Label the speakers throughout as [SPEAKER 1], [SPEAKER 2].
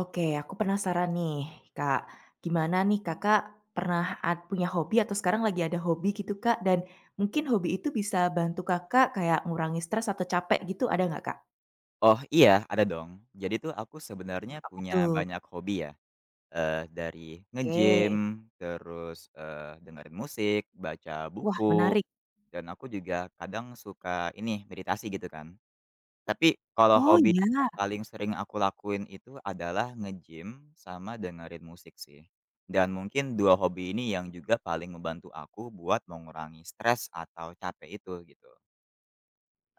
[SPEAKER 1] Oke, aku penasaran nih, Kak. Gimana nih Kakak pernah punya hobi atau sekarang lagi ada hobi gitu, Kak? Dan mungkin hobi itu bisa bantu Kakak kayak ngurangi stres atau capek gitu, ada nggak, Kak?
[SPEAKER 2] Oh, iya, ada dong. Jadi tuh aku sebenarnya
[SPEAKER 1] Apa
[SPEAKER 2] punya
[SPEAKER 1] tuh?
[SPEAKER 2] banyak hobi ya, dari nge-gym,
[SPEAKER 1] Oke.
[SPEAKER 2] terus, dengerin musik, baca
[SPEAKER 1] Wah,
[SPEAKER 2] buku,
[SPEAKER 1] menarik.
[SPEAKER 2] dan aku juga kadang suka ini, meditasi gitu kan. Tapi kalau
[SPEAKER 1] Oh,
[SPEAKER 2] hobi
[SPEAKER 1] ya.
[SPEAKER 2] yang paling sering aku lakuin itu adalah nge-gym sama dengerin musik sih. Dan mungkin 2 hobi ini yang juga paling membantu aku buat mengurangi stres atau capek itu, gitu.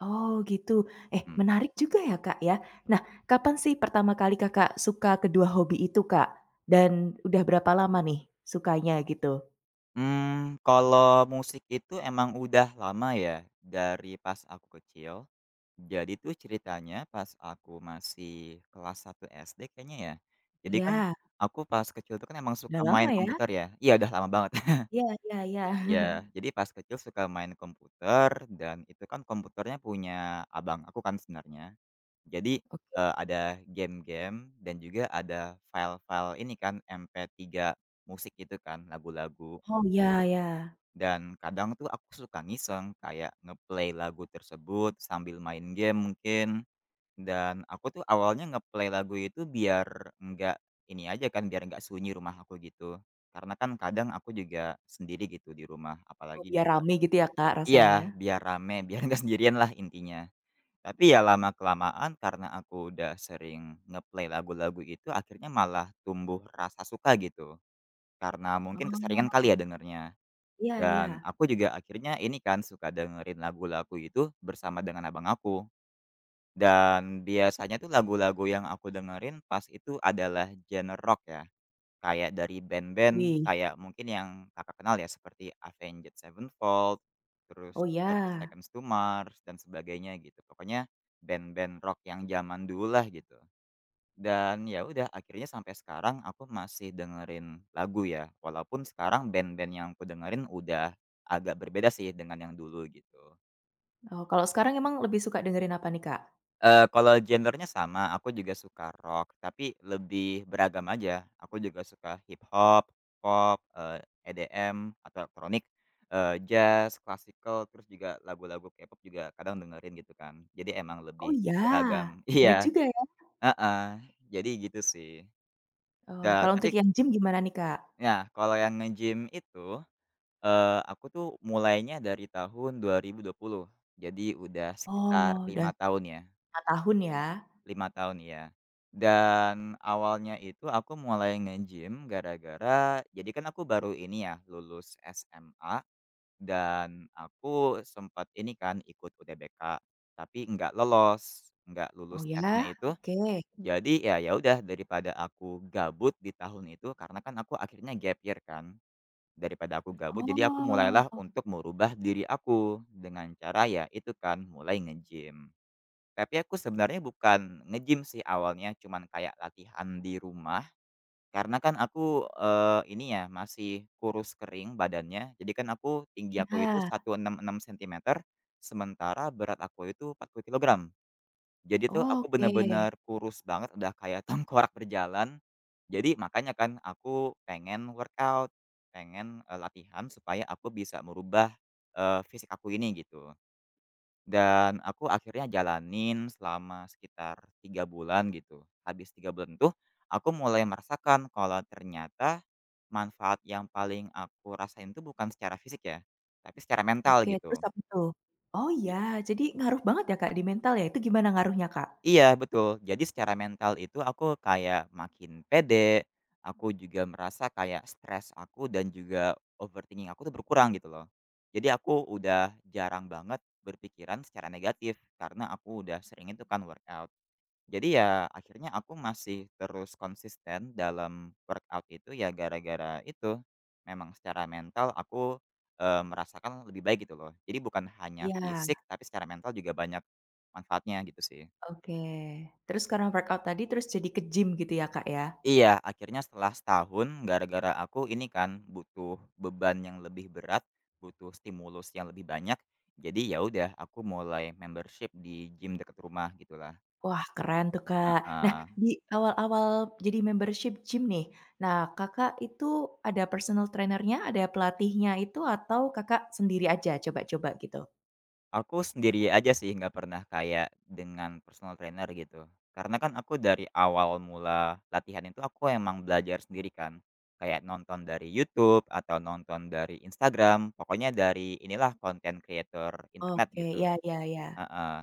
[SPEAKER 1] Oh, gitu. Eh, menarik juga ya, Kak, ya. Nah, kapan sih pertama kali Kakak suka kedua hobi itu, Kak? Dan udah berapa lama nih sukanya gitu?
[SPEAKER 2] Kalau musik itu emang udah lama ya, dari pas aku kecil. Jadi tuh ceritanya pas aku masih kelas satu SD kayaknya ya. Jadi kan
[SPEAKER 1] Ya,
[SPEAKER 2] aku pas kecil tuh kan emang
[SPEAKER 1] udah
[SPEAKER 2] suka
[SPEAKER 1] lama
[SPEAKER 2] main
[SPEAKER 1] ya?
[SPEAKER 2] komputer ya. Iya udah lama banget.
[SPEAKER 1] Ya ya ya.
[SPEAKER 2] Iya, jadi pas kecil suka main komputer dan itu kan komputernya punya abang aku kan sebenarnya. Jadi,
[SPEAKER 1] Oke.
[SPEAKER 2] ada game-game dan juga ada file-file ini kan MP3 musik gitu kan, lagu-lagu.
[SPEAKER 1] Oh, ya ya.
[SPEAKER 2] Dan kadang tuh aku suka ngiseng kayak ngeplay lagu tersebut sambil main game mungkin, dan aku tuh awalnya ngeplay lagu itu biar nggak ini aja kan, biar nggak sunyi rumah aku gitu. Karena kan kadang aku juga sendiri gitu di rumah,
[SPEAKER 1] Oh,
[SPEAKER 2] apalagi
[SPEAKER 1] biar rame gitu ya, Kak, rasanya?
[SPEAKER 2] iya, biar rame, biar nggak sendirian lah intinya. Tapi ya lama-kelamaan karena aku udah sering ngeplay lagu-lagu itu akhirnya malah tumbuh rasa suka gitu, karena mungkin keseringan
[SPEAKER 1] Oh,
[SPEAKER 2] kali ya dengernya.
[SPEAKER 1] iya iya.
[SPEAKER 2] Dan aku juga akhirnya ini kan suka dengerin lagu-lagu itu bersama dengan abang aku. Dan biasanya tuh lagu-lagu yang aku dengerin pas itu adalah genre rock ya. Kayak dari band-band
[SPEAKER 1] Wih,
[SPEAKER 2] kayak mungkin yang Kakak kenal ya seperti Avenged Sevenfold, terus
[SPEAKER 1] oh iya.
[SPEAKER 2] Thirty Seconds to Mars dan sebagainya gitu. Pokoknya band-band rock yang zaman dulu lah gitu. Dan ya udah akhirnya sampai sekarang aku masih dengerin lagu ya, walaupun sekarang band-band yang aku dengerin udah agak berbeda sih dengan yang dulu gitu.
[SPEAKER 1] Oh, kalau sekarang emang lebih suka dengerin apa nih, Kak?
[SPEAKER 2] Kalau genrenya sama, aku juga suka rock, tapi lebih beragam aja. Aku juga suka hip hop, pop, EDM atau elektronik, jazz, classical, terus juga lagu-lagu K-pop juga kadang dengerin gitu kan. Jadi emang
[SPEAKER 1] Oh
[SPEAKER 2] lebih
[SPEAKER 1] iya,
[SPEAKER 2] beragam
[SPEAKER 1] banyak
[SPEAKER 2] iya,
[SPEAKER 1] juga ya?
[SPEAKER 2] heeh, jadi gitu sih.
[SPEAKER 1] Oh,
[SPEAKER 2] Da
[SPEAKER 1] kalau untuk
[SPEAKER 2] tapi
[SPEAKER 1] yang gym gimana nih, Kak?
[SPEAKER 2] Ya, kalau yang nge-gym itu, aku tuh mulainya dari tahun dua dua ribu dua puluh, jadi udah sekitar
[SPEAKER 1] Oh, udah
[SPEAKER 2] 5 tahun ya,
[SPEAKER 1] 5 tahun ya?
[SPEAKER 2] 5 tahun, iya. Dan awalnya itu aku mulai nge-gym gara-gara jadi kan aku baru ini ya, lulus SMA dan aku sempat ini kan ikut UTBK, tapi nggak lolos, nggak
[SPEAKER 1] Oh
[SPEAKER 2] lulus tesnya
[SPEAKER 1] ya?
[SPEAKER 2] itu.
[SPEAKER 1] Oke.
[SPEAKER 2] Jadi ya ya udah daripada aku gabut di tahun itu karena kan aku akhirnya gap year kan. Daripada aku gabut, jadi aku mulailah
[SPEAKER 1] Oh,
[SPEAKER 2] untuk merubah diri aku, dengan cara ya itu kan, mulai nge-gym. Tapi aku sebenarnya bukan nge-gym sih awalnya, cuman kayak latihan di rumah, karena kan aku, ini ya, masih kurus kering badannya, jadi kan aku tinggi aku itu
[SPEAKER 1] iya.
[SPEAKER 2] 166 sentimeter, sementara berat aku itu 40 kilogram. Jadi tuh aku
[SPEAKER 1] Oke
[SPEAKER 2] bener-bener kurus banget, udah kayak tengkorak berjalan. Jadi makanya kan aku pengen workout, pengen, latihan supaya aku bisa merubah, fisik aku ini gitu. Dan aku akhirnya jalanin selama sekitar 3 bulan gitu. Habis 3 bulan tuh aku mulai merasakan kalau ternyata manfaat yang paling aku rasain tuh bukan secara fisik ya, tapi secara mental
[SPEAKER 1] oke,
[SPEAKER 2] gitu.
[SPEAKER 1] terus apa tuh? Oh iya,
[SPEAKER 2] Ja
[SPEAKER 1] jadi ngaruh banget ya, Kak, di mental ya? Itu gimana ngaruhnya, Kak?
[SPEAKER 2] Iya betul, jadi secara mental itu aku kayak makin pede, aku juga merasa kayak stres aku dan juga overthinking aku tuh berkurang gitu loh. Jadi aku udah jarang banget berpikiran secara negatif karena aku udah sering itu kan workout. Jadi ya akhirnya aku masih terus konsisten dalam workout itu ya gara-gara itu memang secara mental aku merasakan lebih baik gitu loh. Jadi bukan hanya
[SPEAKER 1] Iya,
[SPEAKER 2] fisik tapi secara mental juga banyak manfaatnya gitu sih.
[SPEAKER 1] oke. Terus karena workout tadi terus jadi ke gym gitu ya, Kak, ya?
[SPEAKER 2] Iya, akhirnya setelah setahun gara-gara aku ini kan butuh beban yang lebih berat, butuh stimulus yang lebih banyak, jadi ya udah aku mulai membership di gym dekat rumah gitulah,
[SPEAKER 1] Wah, keren tuh, Kak. Nah,
[SPEAKER 2] heeh.
[SPEAKER 1] di awal-awal jadi membership gym nih, nah, Kakak itu ada personal trainer-nya, ada pelatihnya itu atau Kakak sendiri aja coba-coba gitu?
[SPEAKER 2] Aku sendiri aja sih nggak pernah kayak dengan personal trainer gitu, karena kan aku dari awal mula latihan itu aku emang belajar sendiri kan, kayak nonton dari YouTube atau nonton dari Instagram, pokoknya dari inilah konten creator internet
[SPEAKER 1] Oke,
[SPEAKER 2] gitu,
[SPEAKER 1] ya ya ya.
[SPEAKER 2] heeh.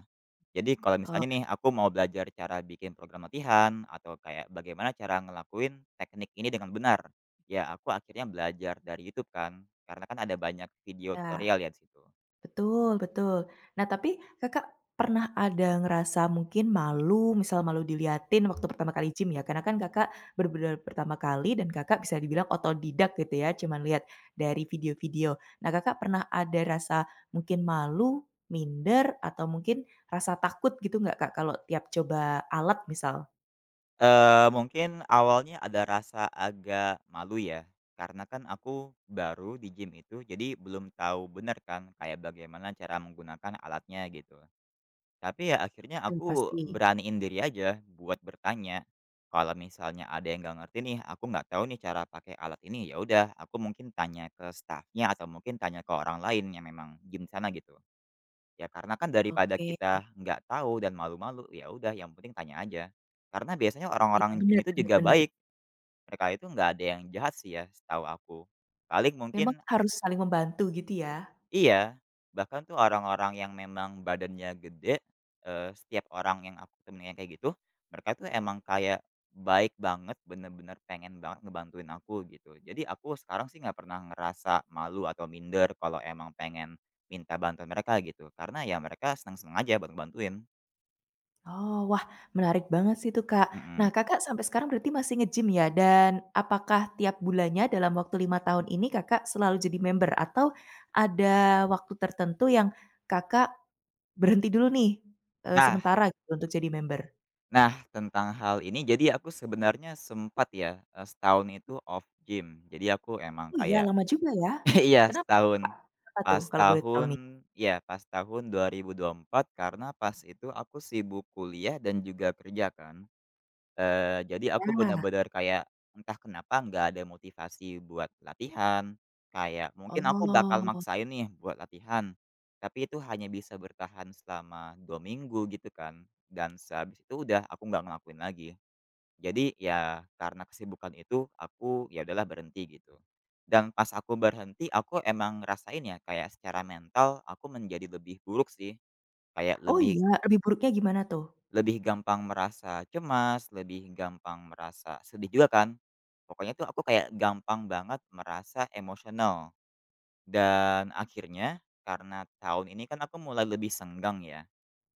[SPEAKER 2] Jadi kalau
[SPEAKER 1] Oh,
[SPEAKER 2] misalnya nih aku mau belajar cara bikin program latihan atau kayak bagaimana cara ngelakuin teknik ini dengan benar, ya aku akhirnya belajar dari YouTube kan, karena kan ada banyak video
[SPEAKER 1] ya.
[SPEAKER 2] tutorial ya di situ.
[SPEAKER 1] Betul betul. Nah, tapi Kakak pernah ada ngerasa mungkin malu, misal malu diliatin waktu pertama kali gym ya? Karena kan Kakak bener pertama kali dan Kakak bisa dibilang otodidak gitu ya, cuman lihat dari video-video. Nah, Kakak pernah ada rasa mungkin malu, minder, atau mungkin rasa takut gitu nggak Kak, kalau tiap coba alat misal?
[SPEAKER 2] Mungkin awalnya ada rasa agak malu ya, karena kan aku baru di gym itu, jadi belum tahu benar kan kayak bagaimana cara menggunakan alatnya gitu. Tapi ya akhirnya
[SPEAKER 1] Mmm,
[SPEAKER 2] aku
[SPEAKER 1] pasti.
[SPEAKER 2] beraniin diri aja buat bertanya. Kalau misalnya ada yang nggak ngerti nih, aku nggak tahu nih cara pakai alat ini, ya udah aku mungkin tanya ke staffnya atau mungkin tanya ke orang lain yang memang gym sana gitu. Ya karena kan daripada
[SPEAKER 1] Oke.
[SPEAKER 2] kita nggak tahu dan malu-malu, ya udah yang penting tanya aja. Karena biasanya
[SPEAKER 1] Iya,
[SPEAKER 2] orang-orang gym
[SPEAKER 1] benar
[SPEAKER 2] itu
[SPEAKER 1] benar
[SPEAKER 2] juga
[SPEAKER 1] benar.
[SPEAKER 2] baik, mereka itu nggak ada yang jahat sih ya setahu aku. Paling
[SPEAKER 1] Memang
[SPEAKER 2] mungkin.
[SPEAKER 1] harus saling membantu gitu ya?
[SPEAKER 2] Iya, bahkan tuh orang-orang yang memang badannya gede, setiap orang yang aku temuin yang kayak gitu, mereka tuh emang kayak baik banget, bener-bener pengen banget ngebantuin aku gitu. Jadi aku sekarang sih nggak pernah ngerasa malu atau minder kalau emang pengen minta bantuan mereka gitu, karena ya mereka seneng-seneng aja buat ngebantuin,
[SPEAKER 1] Oh, wah menarik banget sih itu, Kak. Nah,
[SPEAKER 2] mhm.
[SPEAKER 1] Kakak sampai sekarang berarti masih nge-gym ya? Dan apakah tiap bulannya dalam waktu 5 tahun ini Kakak selalu jadi member atau ada waktu tertentu yang Kakak berhenti dulu nih,
[SPEAKER 2] Nah
[SPEAKER 1] sementara gitu untuk jadi member?
[SPEAKER 2] nah tentang hal ini jadi aku sebenarnya sempat ya, setahun itu off gym. Jadi aku emang
[SPEAKER 1] Oh iya
[SPEAKER 2] kayak
[SPEAKER 1] lama juga ya?
[SPEAKER 2] iya,
[SPEAKER 1] Kenapa tuh, Kak?
[SPEAKER 2] setahun.
[SPEAKER 1] Kenapa tuh
[SPEAKER 2] Pas
[SPEAKER 1] kalau boleh tahu nih?
[SPEAKER 2] tahun ya, pas tahun dua dua ribu dua puluh empat karena pas itu aku sibuk kuliah dan juga kerja kan, jadi aku
[SPEAKER 1] Nah,
[SPEAKER 2] benar-benar kayak entah kenapa nggak ada motivasi buat latihan, kayak mungkin aku bakal
[SPEAKER 1] oh.
[SPEAKER 2] maksain nih buat latihan, tapi itu hanya bisa bertahan selama 2 minggu gitu kan, dan sehabis itu udah aku nggak ngelakuin lagi. Jadi ya karena kesibukan itu aku ya udahlah berhenti gitu. Dan pas aku berhenti aku emang ngerasain ya kayak secara mental aku menjadi lebih buruk sih, kayak
[SPEAKER 1] Oh
[SPEAKER 2] lebih
[SPEAKER 1] iya, lebih buruknya gimana tuh?
[SPEAKER 2] lebih gampang merasa cemas, lebih gampang merasa sedih juga kan. Pokoknya tuh aku kayak gampang banget merasa emosional. Dan akhirnya karena tahun ini kan aku mulai lebih senggang ya.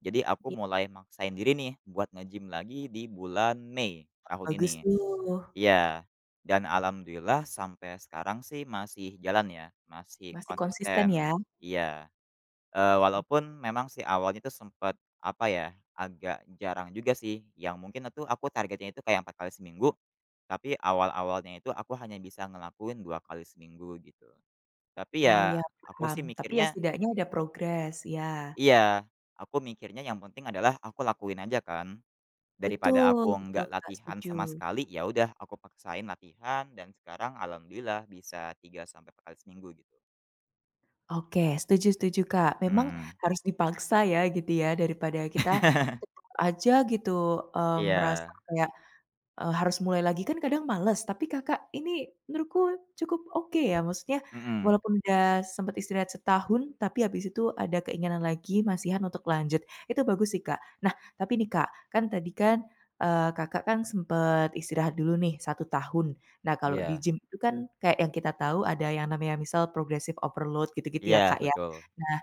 [SPEAKER 2] Jadi aku
[SPEAKER 1] Iya,
[SPEAKER 2] mulai maksain diri nih buat nge-gym lagi di bulan Mei tahun
[SPEAKER 1] bagus
[SPEAKER 2] ini.
[SPEAKER 1] tuh,
[SPEAKER 2] Iya, dan alhamdulillah sampai sekarang sih masih jalan ya, masih
[SPEAKER 1] masih konsisten ya?
[SPEAKER 2] konsisten. Iya, walaupun memang sih awalnya itu sempet, apa ya, agak jarang juga sih, yang mungkin itu aku targetnya itu kayak 4 kali seminggu, tapi awal-awalnya itu aku hanya bisa ngelakuin 2 kali seminggu gitu. Tapi
[SPEAKER 1] Oh
[SPEAKER 2] ya,
[SPEAKER 1] ya
[SPEAKER 2] aku
[SPEAKER 1] paham,
[SPEAKER 2] sih
[SPEAKER 1] tapi ya
[SPEAKER 2] mikirnya
[SPEAKER 1] setidaknya ada progres, ya.
[SPEAKER 2] iya, aku mikirnya yang penting adalah aku lakuin aja kan. Daripada
[SPEAKER 1] Betul
[SPEAKER 2] aku
[SPEAKER 1] betul,
[SPEAKER 2] nggak
[SPEAKER 1] Kak,
[SPEAKER 2] latihan
[SPEAKER 1] setuju.
[SPEAKER 2] sama sekali, ya udah aku paksain latihan dan sekarang alhamdulillah bisa 3 sampai 4 kali seminggu gitu.
[SPEAKER 1] Oke, setuju setuju, Kak. Memang
[SPEAKER 2] Mhm.
[SPEAKER 1] harus dipaksa ya gitu ya daripada kita tetap aja gitu, merasa
[SPEAKER 2] Iya.
[SPEAKER 1] kayak harus mulai lagi kan kadang males, tapi Kakak ini menurutku cukup oke ya, maksudnya
[SPEAKER 2] Mhm.
[SPEAKER 1] walaupun udah sempat istirahat setahun, tapi habis itu ada keinginan lagi masihan untuk lanjut, itu bagus sih, Kak. Nah, tapi nih, Kak, kan tadi kan, Kakak kan sempat istirahat dulu nih satu tahun. Nah, kalau di
[SPEAKER 2] Iya.
[SPEAKER 1] gym itu kan kayak yang kita tahu ada yang namanya misal progressive overload gitu-gitu ya,
[SPEAKER 2] Iya,
[SPEAKER 1] Kak, ya.
[SPEAKER 2] betul.
[SPEAKER 1] Nah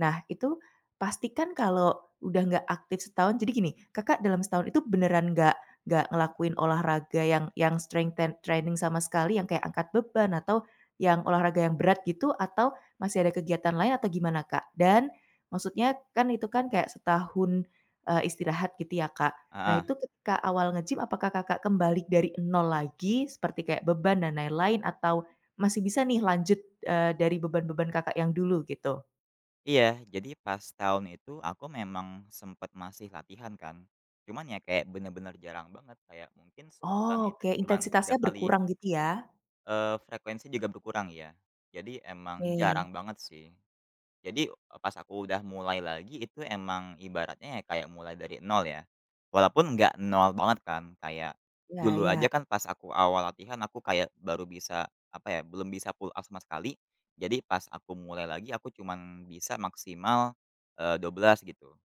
[SPEAKER 1] Nah, itu pastikan kalau udah nggak aktif setahun jadi gini, Kakak dalam setahun itu beneran nggak ngelakuin olahraga yang strength ten training sama sekali, yang kayak angkat beban atau yang olahraga yang berat gitu, atau masih ada kegiatan lain atau gimana, Kak? Dan maksudnya kan itu kan kayak setahun, istirahat gitu ya, Kak. Nah,
[SPEAKER 2] Heeh.
[SPEAKER 1] itu ketika awal nge-gym apakah Kakak kembali dari nol lagi seperti kayak beban dan lain-lain atau masih bisa nih lanjut, dari beban-beban Kakak yang dulu gitu?
[SPEAKER 2] Iya, jadi pas tahun itu aku memang sempet masih latihan kan. Cuman ya kayak bener-bener jarang banget, kayak mungkin
[SPEAKER 1] Oh,
[SPEAKER 2] sebulan itu
[SPEAKER 1] oke,
[SPEAKER 2] cuman 3
[SPEAKER 1] intensitasnya
[SPEAKER 2] kali,
[SPEAKER 1] berkurang gitu ya?
[SPEAKER 2] frekuensi juga berkurang ya. Jadi emang jarang
[SPEAKER 1] Oke,
[SPEAKER 2] banget sih. Jadi, e Pas aku udah mulai lagi itu emang ibaratnya ya kayak mulai dari nol ya. Walaupun nggak nol banget kan, kayak
[SPEAKER 1] ya,
[SPEAKER 2] dulu
[SPEAKER 1] ya.
[SPEAKER 2] aja kan pas aku awal latihan aku kayak baru bisa, apa ya, belum bisa pull up sama sekali. Jadi pas aku mulai lagi aku cuman bisa maksimal, 12 gitu.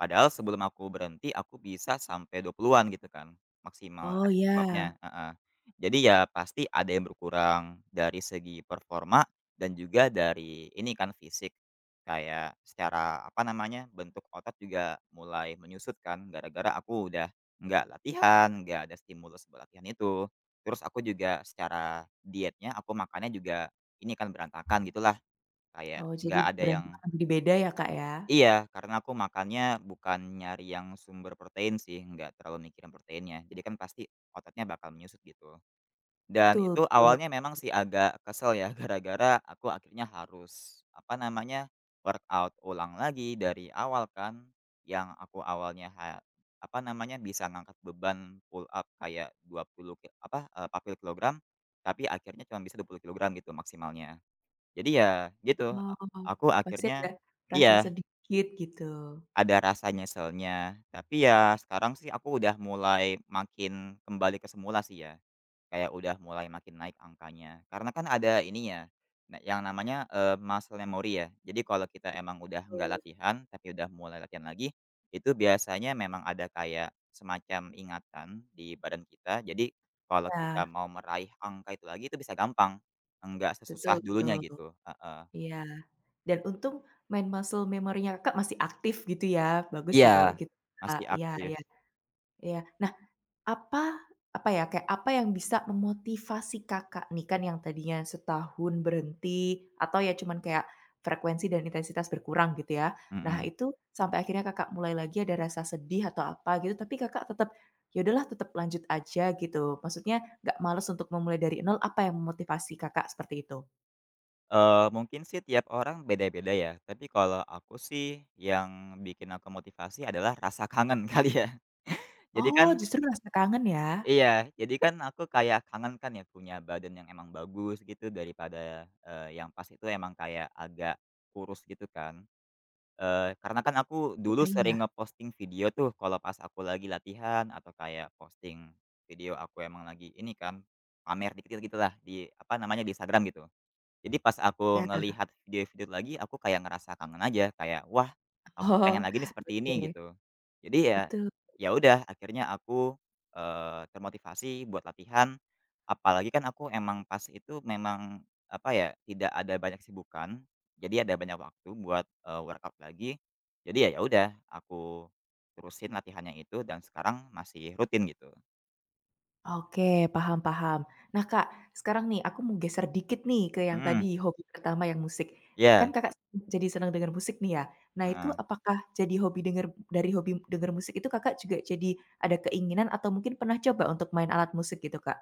[SPEAKER 2] Padahal sebelum aku berhenti, aku bisa sampai 20-an gitu kan, maksimal
[SPEAKER 1] Oh
[SPEAKER 2] rapid work-nya,
[SPEAKER 1] ya.
[SPEAKER 2] heeh. Jadi ya pasti ada yang berkurang dari segi performa dan juga dari ini kan fisik, kayak secara apa namanya, bentuk otot juga mulai menyusut kan gara-gara aku udah nggak latihan, nggak ada stimulus buat latihan itu. Terus aku juga secara dietnya, aku makannya juga ini kan berantakan gitulah, kayak
[SPEAKER 1] Oh, jadi
[SPEAKER 2] nggak ada yang
[SPEAKER 1] berantakan jadi beda ya, Kak, ya?
[SPEAKER 2] iya, karena aku makannya bukan nyari yang sumber protein sih, nggak terlalu mikirin proteinnya. Jadi kan pasti ototnya bakal menyusut gitu. Dan
[SPEAKER 1] Betul
[SPEAKER 2] itu
[SPEAKER 1] betul.
[SPEAKER 2] awalnya memang sih agak kesel ya gara-gara aku akhirnya harus apa namanya, workout ulang lagi dari awal kan. Yang aku awalnya apa namanya, bisa ngangkat beban pull up kayak 20 ki apa, eee, 40 kilogram, tapi akhirnya cuma bisa 20 kilogram gitu maksimalnya. Jadi ya gitu,
[SPEAKER 1] Oh,
[SPEAKER 2] aku
[SPEAKER 1] pasti ada
[SPEAKER 2] akhirnya
[SPEAKER 1] rasa
[SPEAKER 2] iya.
[SPEAKER 1] sedikit gitu.
[SPEAKER 2] Ada rasa nyeselnya, tapi ya sekarang sih aku udah mulai makin kembali ke semula sih ya, kayak udah mulai makin naik angkanya. Karena kan ada ini ya, yang namanya, muscle memory ya. Jadi kalau kita emang udah nggak
[SPEAKER 1] Gitu,
[SPEAKER 2] latihan, tapi udah mulai latihan lagi, itu biasanya memang ada kayak semacam ingatan di badan kita. Jadi kalau kita
[SPEAKER 1] ya.
[SPEAKER 2] mau meraih angka itu lagi, itu bisa gampang, nggak
[SPEAKER 1] Betul
[SPEAKER 2] sesusah dulunya
[SPEAKER 1] betul,
[SPEAKER 2] gitu. Heeh.
[SPEAKER 1] iya. Dan untung mind muscle memory-nya Kakak masih aktif gitu ya, bagus
[SPEAKER 2] Iya,
[SPEAKER 1] sih kalau gitu, Kak,
[SPEAKER 2] masih
[SPEAKER 1] iya
[SPEAKER 2] aktif.
[SPEAKER 1] iya iya. Apa apa ya, kayak apa yang bisa memotivasi Kakak nih kan yang tadinya setahun berhenti atau ya cuman kayak frekuensi dan intensitas berkurang gitu ya. Nah
[SPEAKER 2] Mhm.
[SPEAKER 1] itu sampai akhirnya Kakak mulai lagi ada rasa sedih atau apa gitu tapi Kakak tetap, ya udahlah tetap lanjut aja gitu. Maksudnya nggak males untuk memulai dari nol, apa yang memotivasi Kakak seperti itu?
[SPEAKER 2] Mungkin sih tiap orang beda-beda ya, tapi kalau aku sih yang bikin aku motivasi adalah rasa kangen kali ya. Jadi
[SPEAKER 1] Oh
[SPEAKER 2] kan
[SPEAKER 1] justru rasa kangen ya?
[SPEAKER 2] iya, jadi kan aku kayak kangen kan ya punya badan yang emang bagus gitu daripada, yang pas itu emang kayak agak kurus gitu kan. Karena kan aku dulu
[SPEAKER 1] Iya iya,
[SPEAKER 2] sering ngeposting video tuh kalau pas aku lagi latihan atau kayak posting video aku emang lagi ini kan, pamer dikit-dikit gitulah di apa namanya, di Instagram gitu. Jadi pas aku
[SPEAKER 1] iya.
[SPEAKER 2] ngelihat video-video itu lagi, aku kayak ngerasa kangen aja, kayak, "Wah, aku pengen
[SPEAKER 1] Oh,
[SPEAKER 2] lagi nih seperti ini,"
[SPEAKER 1] oke,
[SPEAKER 2] gitu. Jadi ya,
[SPEAKER 1] betul.
[SPEAKER 2] ya udah akhirnya aku, termotivasi buat latihan, apalagi kan aku emang pas itu memang, apa ya, tidak ada banyak sibukan. Jadi ada banyak waktu buat, workout lagi. Jadi ya ya udah, aku terusin latihannya itu dan sekarang masih rutin gitu.
[SPEAKER 1] Oke, paham paham. Nah, Kak, sekarang nih aku mau geser dikit nih ke yang
[SPEAKER 2] Hmm,
[SPEAKER 1] tadi hobi pertama yang musik. Kan
[SPEAKER 2] ya.
[SPEAKER 1] Kakak jadi senang denger musik nih ya. Nah, itu
[SPEAKER 2] Heeh.
[SPEAKER 1] apakah jadi hobi denger dari hobi denger musik itu Kakak juga jadi ada keinginan atau mungkin pernah coba untuk main alat musik gitu, Kak?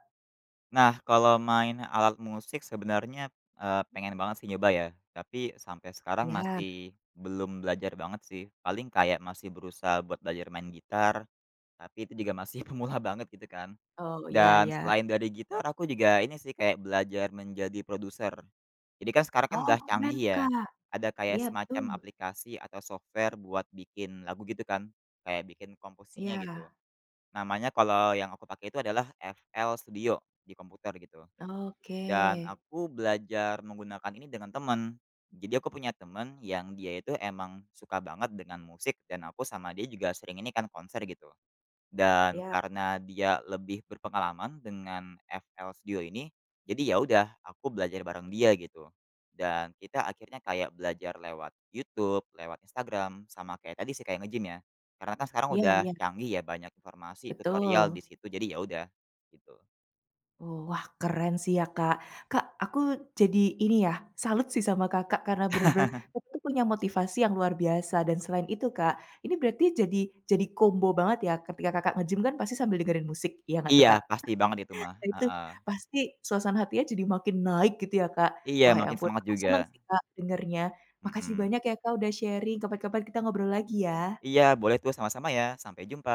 [SPEAKER 2] Nah, kalau main alat musik sebenarnya, pengen banget sih nyoba ya, tapi sampai sekarang
[SPEAKER 1] Ya.
[SPEAKER 2] masih belum belajar banget sih. Paling kayak masih berusaha buat belajar main gitar, tapi itu juga masih pemula banget gitu kan.
[SPEAKER 1] Oh, ya
[SPEAKER 2] Dan
[SPEAKER 1] ya.
[SPEAKER 2] selain dari gitar aku juga ini sih kayak belajar menjadi produser. Jadi kan sekarang kan
[SPEAKER 1] Oh,
[SPEAKER 2] udah
[SPEAKER 1] keren
[SPEAKER 2] canggih
[SPEAKER 1] tuh,
[SPEAKER 2] ya,
[SPEAKER 1] Kak.
[SPEAKER 2] ada kayak
[SPEAKER 1] Iya, betul.
[SPEAKER 2] semacam aplikasi atau software buat bikin lagu gitu kan, kayak bikin komposisinya
[SPEAKER 1] Iya.
[SPEAKER 2] gitu. Namanya kalau yang aku pakai itu adalah FL Studio di komputer gitu.
[SPEAKER 1] Oke.
[SPEAKER 2] Dan aku belajar menggunakan ini dengan teman. Jadi aku punya teman yang dia itu emang suka banget dengan musik dan aku sama dia juga sering ini kan konser gitu. Dan
[SPEAKER 1] Ya.
[SPEAKER 2] karena dia lebih berpengalaman dengan FL Studio ini, jadi ya udah aku belajar bareng dia gitu. Dan kita akhirnya kayak belajar lewat YouTube, lewat Instagram, sama kayak tadi sih kayak nge-gym ya. Karena kan sekarang
[SPEAKER 1] Iya
[SPEAKER 2] udah
[SPEAKER 1] iya,
[SPEAKER 2] canggih ya banyak informasi, tutorial
[SPEAKER 1] betul.
[SPEAKER 2] di situ jadi ya udah gitu.
[SPEAKER 1] Oh, wah keren sih ya, Kak. Kak, aku jadi ini ya, salut sih sama Kakak karena bener-bener Kakak tuh punya motivasi yang luar biasa dan selain itu, Kak, ini berarti jadi combo banget ya ketika Kakak nge-gym kan pasti sambil dengerin musik, iya nggak tuh,
[SPEAKER 2] Iya
[SPEAKER 1] Kak?
[SPEAKER 2] pasti banget itu mah,
[SPEAKER 1] Nah itu
[SPEAKER 2] heeh.
[SPEAKER 1] pasti suasana hatinya jadi makin naik gitu ya, Kak.
[SPEAKER 2] Iya,
[SPEAKER 1] Wah ya
[SPEAKER 2] makin
[SPEAKER 1] ampun,
[SPEAKER 2] semangat
[SPEAKER 1] aku
[SPEAKER 2] juga,
[SPEAKER 1] seneng sih, Kak, dengernya. Makasih
[SPEAKER 2] mhm.
[SPEAKER 1] banyak ya, Kak, udah sharing, kapan-kapan kita ngobrol lagi ya.
[SPEAKER 2] Iya, boleh tuh sama-sama ya, sampai jumpa.